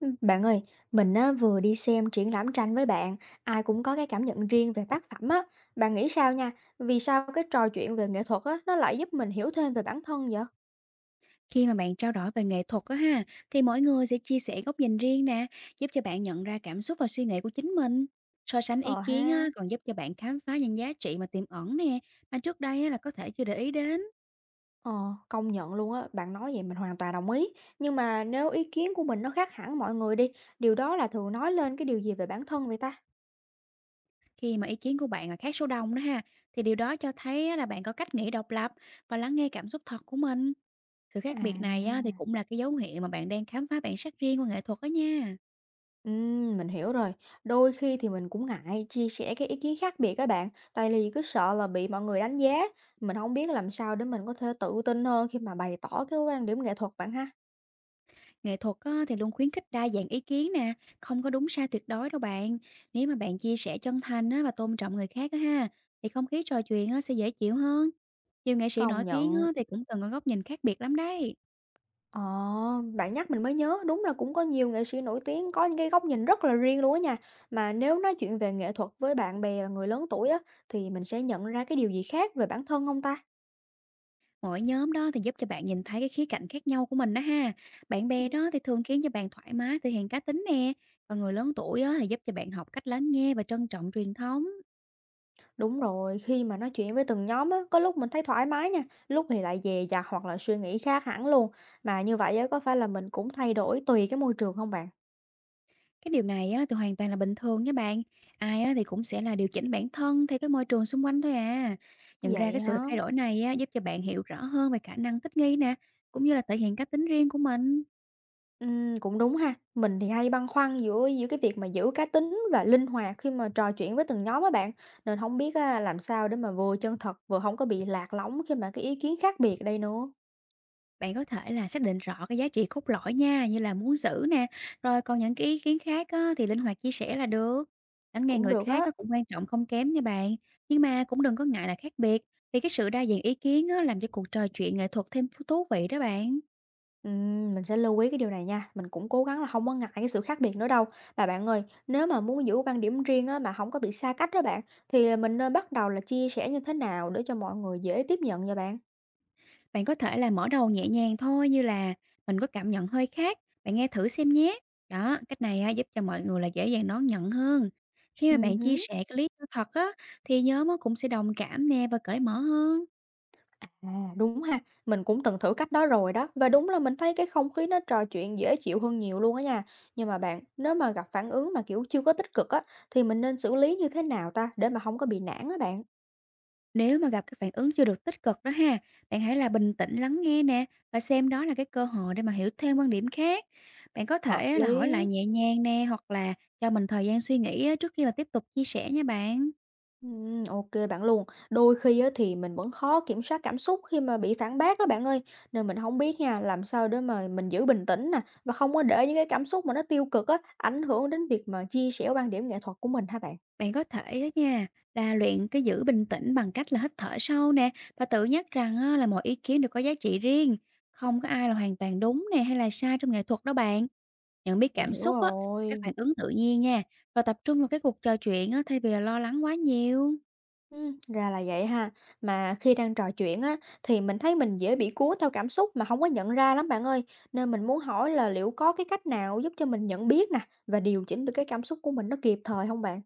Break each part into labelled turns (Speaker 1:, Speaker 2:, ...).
Speaker 1: Bạn ơi, mình á, vừa đi xem triển lãm tranh với bạn, ai cũng có cái cảm nhận riêng về tác phẩm á. Bạn nghĩ sao nha? Vì sao cái trò chuyện về nghệ thuật á, nó lại giúp mình hiểu thêm về bản thân vậy?
Speaker 2: Khi mà bạn trao đổi về nghệ thuật á ha, thì mỗi người sẽ chia sẻ góc nhìn riêng nè, giúp cho bạn nhận ra cảm xúc và suy nghĩ của chính mình. So sánh ý
Speaker 1: Ờ
Speaker 2: kiến á,
Speaker 1: ha.
Speaker 2: còn giúp cho bạn khám phá những giá trị mà tiềm ẩn nè, mà trước đây á, là có thể chưa để ý đến.
Speaker 1: Ờ, công nhận luôn á, bạn nói vậy mình hoàn toàn đồng ý. Nhưng mà nếu ý kiến của mình nó khác hẳn mọi người đi, điều đó là thường nói lên cái điều gì về bản thân vậy ta?
Speaker 2: Khi mà ý kiến của bạn là khác số đông đó ha, thì điều đó cho thấy á, là bạn có cách nghĩ độc lập và lắng nghe cảm xúc thật của mình. Sự khác biệt này á, thì
Speaker 1: À.
Speaker 2: cũng là cái dấu hiệu mà bạn đang khám phá bản sắc riêng của nghệ thuật đó nha.
Speaker 1: Mình hiểu rồi. Đôi khi thì mình cũng ngại chia sẻ cái ý kiến khác biệt các bạn, tại vì cứ sợ là bị mọi người đánh giá. Mình không biết làm sao để mình có thể tự tin hơn khi mà bày tỏ cái quan điểm nghệ thuật bạn ha.
Speaker 2: Nghệ thuật á, thì luôn khuyến khích đa dạng ý kiến nè, không có đúng sai tuyệt đối đâu bạn. Nếu mà bạn chia sẻ chân thành á, và tôn trọng người khác á ha, thì không khí trò chuyện á, sẽ dễ chịu hơn. Nhiều nghệ sĩ
Speaker 1: Công
Speaker 2: nổi tiếng
Speaker 1: nhận.
Speaker 2: á, thì cũng từng có góc nhìn khác biệt lắm đấy.
Speaker 1: Ờ, bạn nhắc mình mới nhớ, đúng là cũng có nhiều nghệ sĩ nổi tiếng có những cái góc nhìn rất là riêng luôn á nha. Mà nếu nói chuyện về nghệ thuật với bạn bè và người lớn tuổi á, thì mình sẽ nhận ra cái điều gì khác về bản thân không ta?
Speaker 2: Mỗi nhóm đó thì giúp cho bạn nhìn thấy cái khía cạnh khác nhau của mình đó ha. Bạn bè đó thì thường khiến cho bạn thoải mái thể hiện cá tính nè. Và người lớn tuổi á, thì giúp cho bạn học cách lắng nghe và trân trọng truyền thống.
Speaker 1: Đúng rồi, khi mà nói chuyện với từng nhóm á, có lúc mình thấy thoải mái nha, lúc thì lại dè dặt hoặc là suy nghĩ khác hẳn luôn. Mà như vậy á, có phải là mình cũng thay đổi tùy cái môi trường không bạn?
Speaker 2: Cái điều này á, thì hoàn toàn là bình thường nha bạn. Ai á, thì cũng sẽ là điều chỉnh bản thân theo cái môi trường xung quanh thôi à. Nhận ra
Speaker 1: Vậy
Speaker 2: cái sự
Speaker 1: hả?
Speaker 2: thay đổi này á, giúp cho bạn hiểu rõ hơn về khả năng thích nghi nè, cũng như là thể hiện cá tính riêng của mình.
Speaker 1: Cũng đúng ha. Mình thì hay băn khoăn giữa giữa cái việc mà giữ cá tính và linh hoạt khi mà trò chuyện với từng nhóm á bạn. Nên không biết á, làm sao để mà vừa chân thật vừa không có bị lạc lõng khi mà cái ý kiến khác biệt đây nữa.
Speaker 2: Bạn có thể là xác định rõ cái giá trị cốt lõi nha, như là muốn giữ nè. Rồi còn những cái ý kiến khác á, thì linh hoạt chia sẻ là được. Lắng nghe
Speaker 1: Cũng
Speaker 2: người
Speaker 1: được
Speaker 2: khác
Speaker 1: á.
Speaker 2: á, cũng quan trọng không kém nha bạn. Nhưng mà cũng đừng có ngại là khác biệt. Vì cái sự đa dạng ý kiến á, làm cho cuộc trò chuyện nghệ thuật thêm thú vị đó bạn.
Speaker 1: Mình sẽ lưu ý cái điều này nha, mình cũng cố gắng là không có ngại cái sự khác biệt nữa đâu. Mà bạn ơi, nếu mà muốn giữ quan điểm riêng á, mà không có bị xa cách đó bạn, thì mình nên bắt đầu là chia sẻ như thế nào để cho mọi người dễ tiếp nhận nha bạn?
Speaker 2: Bạn có thể là mở đầu nhẹ nhàng thôi, như là: "Mình có cảm nhận hơi khác, bạn nghe thử xem nhé." Đó, cách này á, giúp cho mọi người là dễ dàng đón nhận hơn. Khi mà bạn chia
Speaker 1: Hứm.
Speaker 2: sẻ cái lý do thật á, thì nhóm á cũng sẽ đồng cảm nè và cởi mở hơn.
Speaker 1: À, đúng ha, mình cũng từng thử cách đó rồi đó, và đúng là mình thấy cái không khí nó trò chuyện dễ chịu hơn nhiều luôn á nha. Nhưng mà bạn, nếu mà gặp phản ứng mà, kiểu, chưa có tích cực á, thì mình nên xử lý như thế nào ta để mà không có bị nản á bạn?
Speaker 2: Nếu mà gặp cái phản ứng chưa được tích cực đó ha, bạn hãy là bình tĩnh lắng nghe nè, và xem đó là cái cơ hội để mà hiểu thêm quan điểm khác. Bạn có
Speaker 1: Hợp
Speaker 2: thể á là hỏi lại
Speaker 1: lý.
Speaker 2: nhẹ nhàng nè, hoặc là cho mình thời gian suy nghĩ á, trước khi mà tiếp tục chia sẻ nha bạn.
Speaker 1: Ô bạn luôn. Đôi khi á thì mình vẫn khó kiểm soát cảm xúc khi mà bị phản bác á bạn ơi, nên mình không biết nha, làm sao để mà mình giữ bình tĩnh nè, và không có để những cái cảm xúc mà nó tiêu cực á, ảnh hưởng đến việc mà chia sẻ quan điểm nghệ thuật của mình hả bạn?
Speaker 2: Bạn có thể đó nha, là luyện cái giữ bình tĩnh bằng cách là hít thở sâu nè, và tự nhắc rằng á, là mọi ý kiến đều có giá trị riêng, không có ai là hoàn toàn đúng nè hay là sai trong nghệ thuật đó bạn. Nhận biết
Speaker 1: Mình
Speaker 2: cảm
Speaker 1: hiểu
Speaker 2: xúc á, cái
Speaker 1: rồi.
Speaker 2: phản ứng tự nhiên nha, và tập trung vào cái cuộc trò chuyện á, thay vì là lo lắng quá nhiều.
Speaker 1: Ra là vậy ha. Mà khi đang trò chuyện á, thì mình thấy mình dễ bị cuốn theo cảm xúc mà không có nhận ra lắm bạn ơi, nên mình muốn hỏi là liệu có cái cách nào giúp cho mình nhận biết nè, và điều chỉnh được cái cảm xúc của mình nó kịp thời không bạn?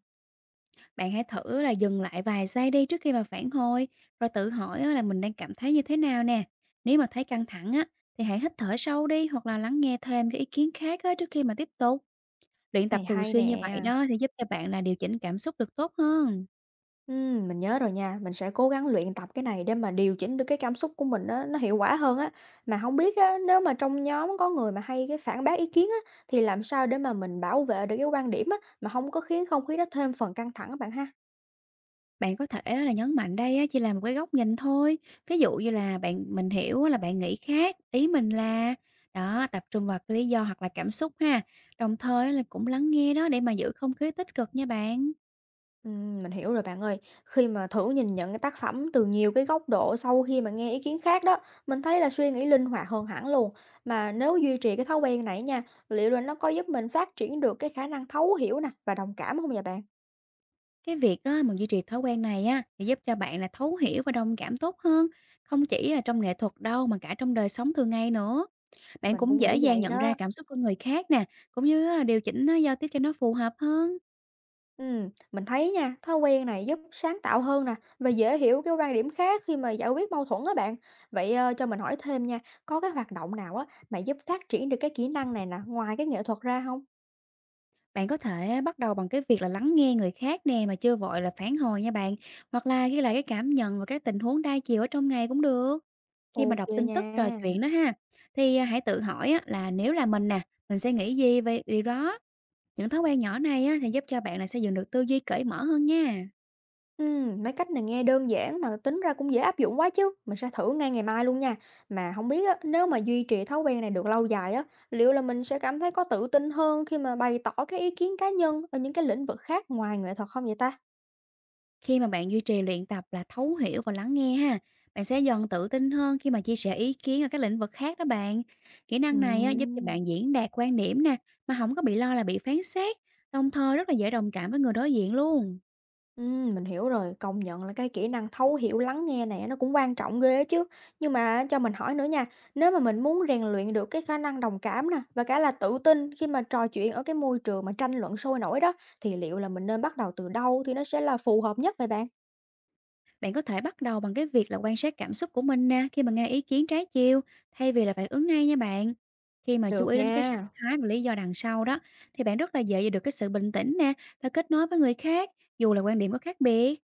Speaker 2: Bạn hãy thử là dừng lại vài giây đi, trước khi mà phản hồi, rồi tự hỏi á, là mình đang cảm thấy như thế nào nè. Nếu mà thấy căng thẳng á, thì hãy hít thở sâu đi, hoặc là lắng nghe thêm cái ý kiến khác á, trước khi mà tiếp tục. Luyện tập
Speaker 1: Này
Speaker 2: thường
Speaker 1: hay
Speaker 2: xuyên như
Speaker 1: nè.
Speaker 2: vậy đó, sẽ giúp cho bạn là điều chỉnh cảm xúc được tốt hơn.
Speaker 1: Mình nhớ rồi nha, mình sẽ cố gắng luyện tập cái này để mà điều chỉnh được cái cảm xúc của mình đó nó hiệu quả hơn á. Mà không biết á, nếu mà trong nhóm có người mà hay cái phản bác ý kiến á, thì làm sao để mà mình bảo vệ được cái quan điểm á, mà không có khiến không khí đó thêm phần căng thẳng các bạn ha?
Speaker 2: Bạn có thể á là nhấn mạnh đây á chỉ là một cái góc nhìn thôi. Ví dụ như là: bạn, mình hiểu á là bạn nghĩ khác, ý mình là đó, tập trung vào cái lý do hoặc là cảm xúc ha. Đồng thời là cũng lắng nghe đó, để mà giữ không khí tích cực nha bạn.
Speaker 1: Mình hiểu rồi bạn ơi. Khi mà thử nhìn nhận cái tác phẩm từ nhiều cái góc độ sau khi mà nghe ý kiến khác đó, mình thấy là suy nghĩ linh hoạt hơn hẳn luôn. Mà nếu duy trì cái thói quen này nha, liệu là nó có giúp mình phát triển được cái khả năng thấu hiểu nè và đồng cảm không vậy bạn?
Speaker 2: Cái việc á, mà duy trì thói quen này á, thì giúp cho bạn là thấu hiểu và đồng cảm tốt hơn, không chỉ là trong nghệ thuật đâu, mà cả trong đời sống thường ngày nữa. Bạn
Speaker 1: Mình
Speaker 2: cũng
Speaker 1: cũng
Speaker 2: dễ
Speaker 1: nghĩ
Speaker 2: dàng
Speaker 1: vậy
Speaker 2: nhận
Speaker 1: đó.
Speaker 2: ra cảm xúc của người khác nè, cũng như á là điều chỉnh á giao tiếp cho nó phù hợp hơn.
Speaker 1: Mình thấy nha, thói quen này giúp sáng tạo hơn nè và dễ hiểu cái quan điểm khác khi mà giải quyết mâu thuẫn á bạn. Vậy, cho mình hỏi thêm nha, có cái hoạt động nào á mà giúp phát triển được cái kỹ năng này nè, ngoài cái nghệ thuật ra không?
Speaker 2: Bạn có thể bắt đầu bằng cái việc là lắng nghe người khác nè, mà chưa vội là phản hồi nha bạn, hoặc là ghi lại cái cảm nhận và các tình huống đa chiều ở trong ngày cũng được. Khi mà
Speaker 1: Ok
Speaker 2: đọc tin tức, trò chuyện
Speaker 1: nha.
Speaker 2: đó ha, thì à, hãy tự hỏi á, là nếu là mình nè, mình sẽ nghĩ gì về điều đó. Những thói quen nhỏ này á, thì giúp cho bạn là xây dựng được tư duy cởi mở hơn nha.
Speaker 1: Mấy cách này nghe đơn giản mà tính ra cũng dễ áp dụng quá chứ. Mình sẽ thử ngay ngày mai luôn nha. Mà không biết á, nếu mà duy trì thói quen này được lâu dài á, liệu là mình sẽ cảm thấy có tự tin hơn khi mà bày tỏ cái ý kiến cá nhân ở những cái lĩnh vực khác ngoài nghệ thuật không vậy ta?
Speaker 2: Khi mà bạn duy trì luyện tập là thấu hiểu và lắng nghe ha, bạn sẽ dần tự tin hơn khi mà chia sẻ ý kiến ở các lĩnh vực khác đó bạn. Kỹ năng này á, giúp cho
Speaker 1: Ừm.
Speaker 2: bạn diễn đạt quan điểm nè, mà không có bị lo là bị phán xét, đồng thời rất là dễ đồng cảm với người đối diện luôn.
Speaker 1: Mình hiểu rồi, công nhận là cái kỹ năng thấu hiểu, lắng nghe này nó cũng quan trọng ghê á chứ. Nhưng mà cho mình hỏi nữa nha, nếu mà mình muốn rèn luyện được cái khả năng đồng cảm nè và cả là tự tin khi mà trò chuyện ở cái môi trường mà tranh luận sôi nổi đó, thì liệu là mình nên bắt đầu từ đâu thì nó sẽ là phù hợp nhất vậy bạn?
Speaker 2: Bạn có thể bắt đầu bằng cái việc là quan sát cảm xúc của mình nè, khi mà nghe ý kiến trái chiều, thay vì là phản ứng ngay nha bạn. Khi mà chú
Speaker 1: Được
Speaker 2: ý đến cái sắc
Speaker 1: nha.
Speaker 2: thái và lý do đằng sau đó, thì bạn rất là dễ giữ được cái sự bình tĩnh nè, và kết nối với người khác, dù là quan điểm có khác biệt.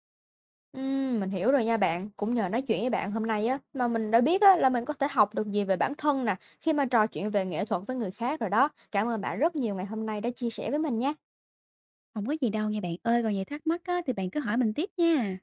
Speaker 1: Mình hiểu rồi nha bạn. Cũng nhờ nói chuyện với bạn hôm nay á mà mình đã biết á là mình có thể học được gì về bản thân nè khi mà trò chuyện về nghệ thuật với người khác rồi đó. Cảm ơn bạn rất nhiều ngày hôm nay đã chia sẻ với mình nha.
Speaker 2: Không có gì đâu nha bạn ơi, còn gì thắc mắc á, thì bạn cứ hỏi mình tiếp nha.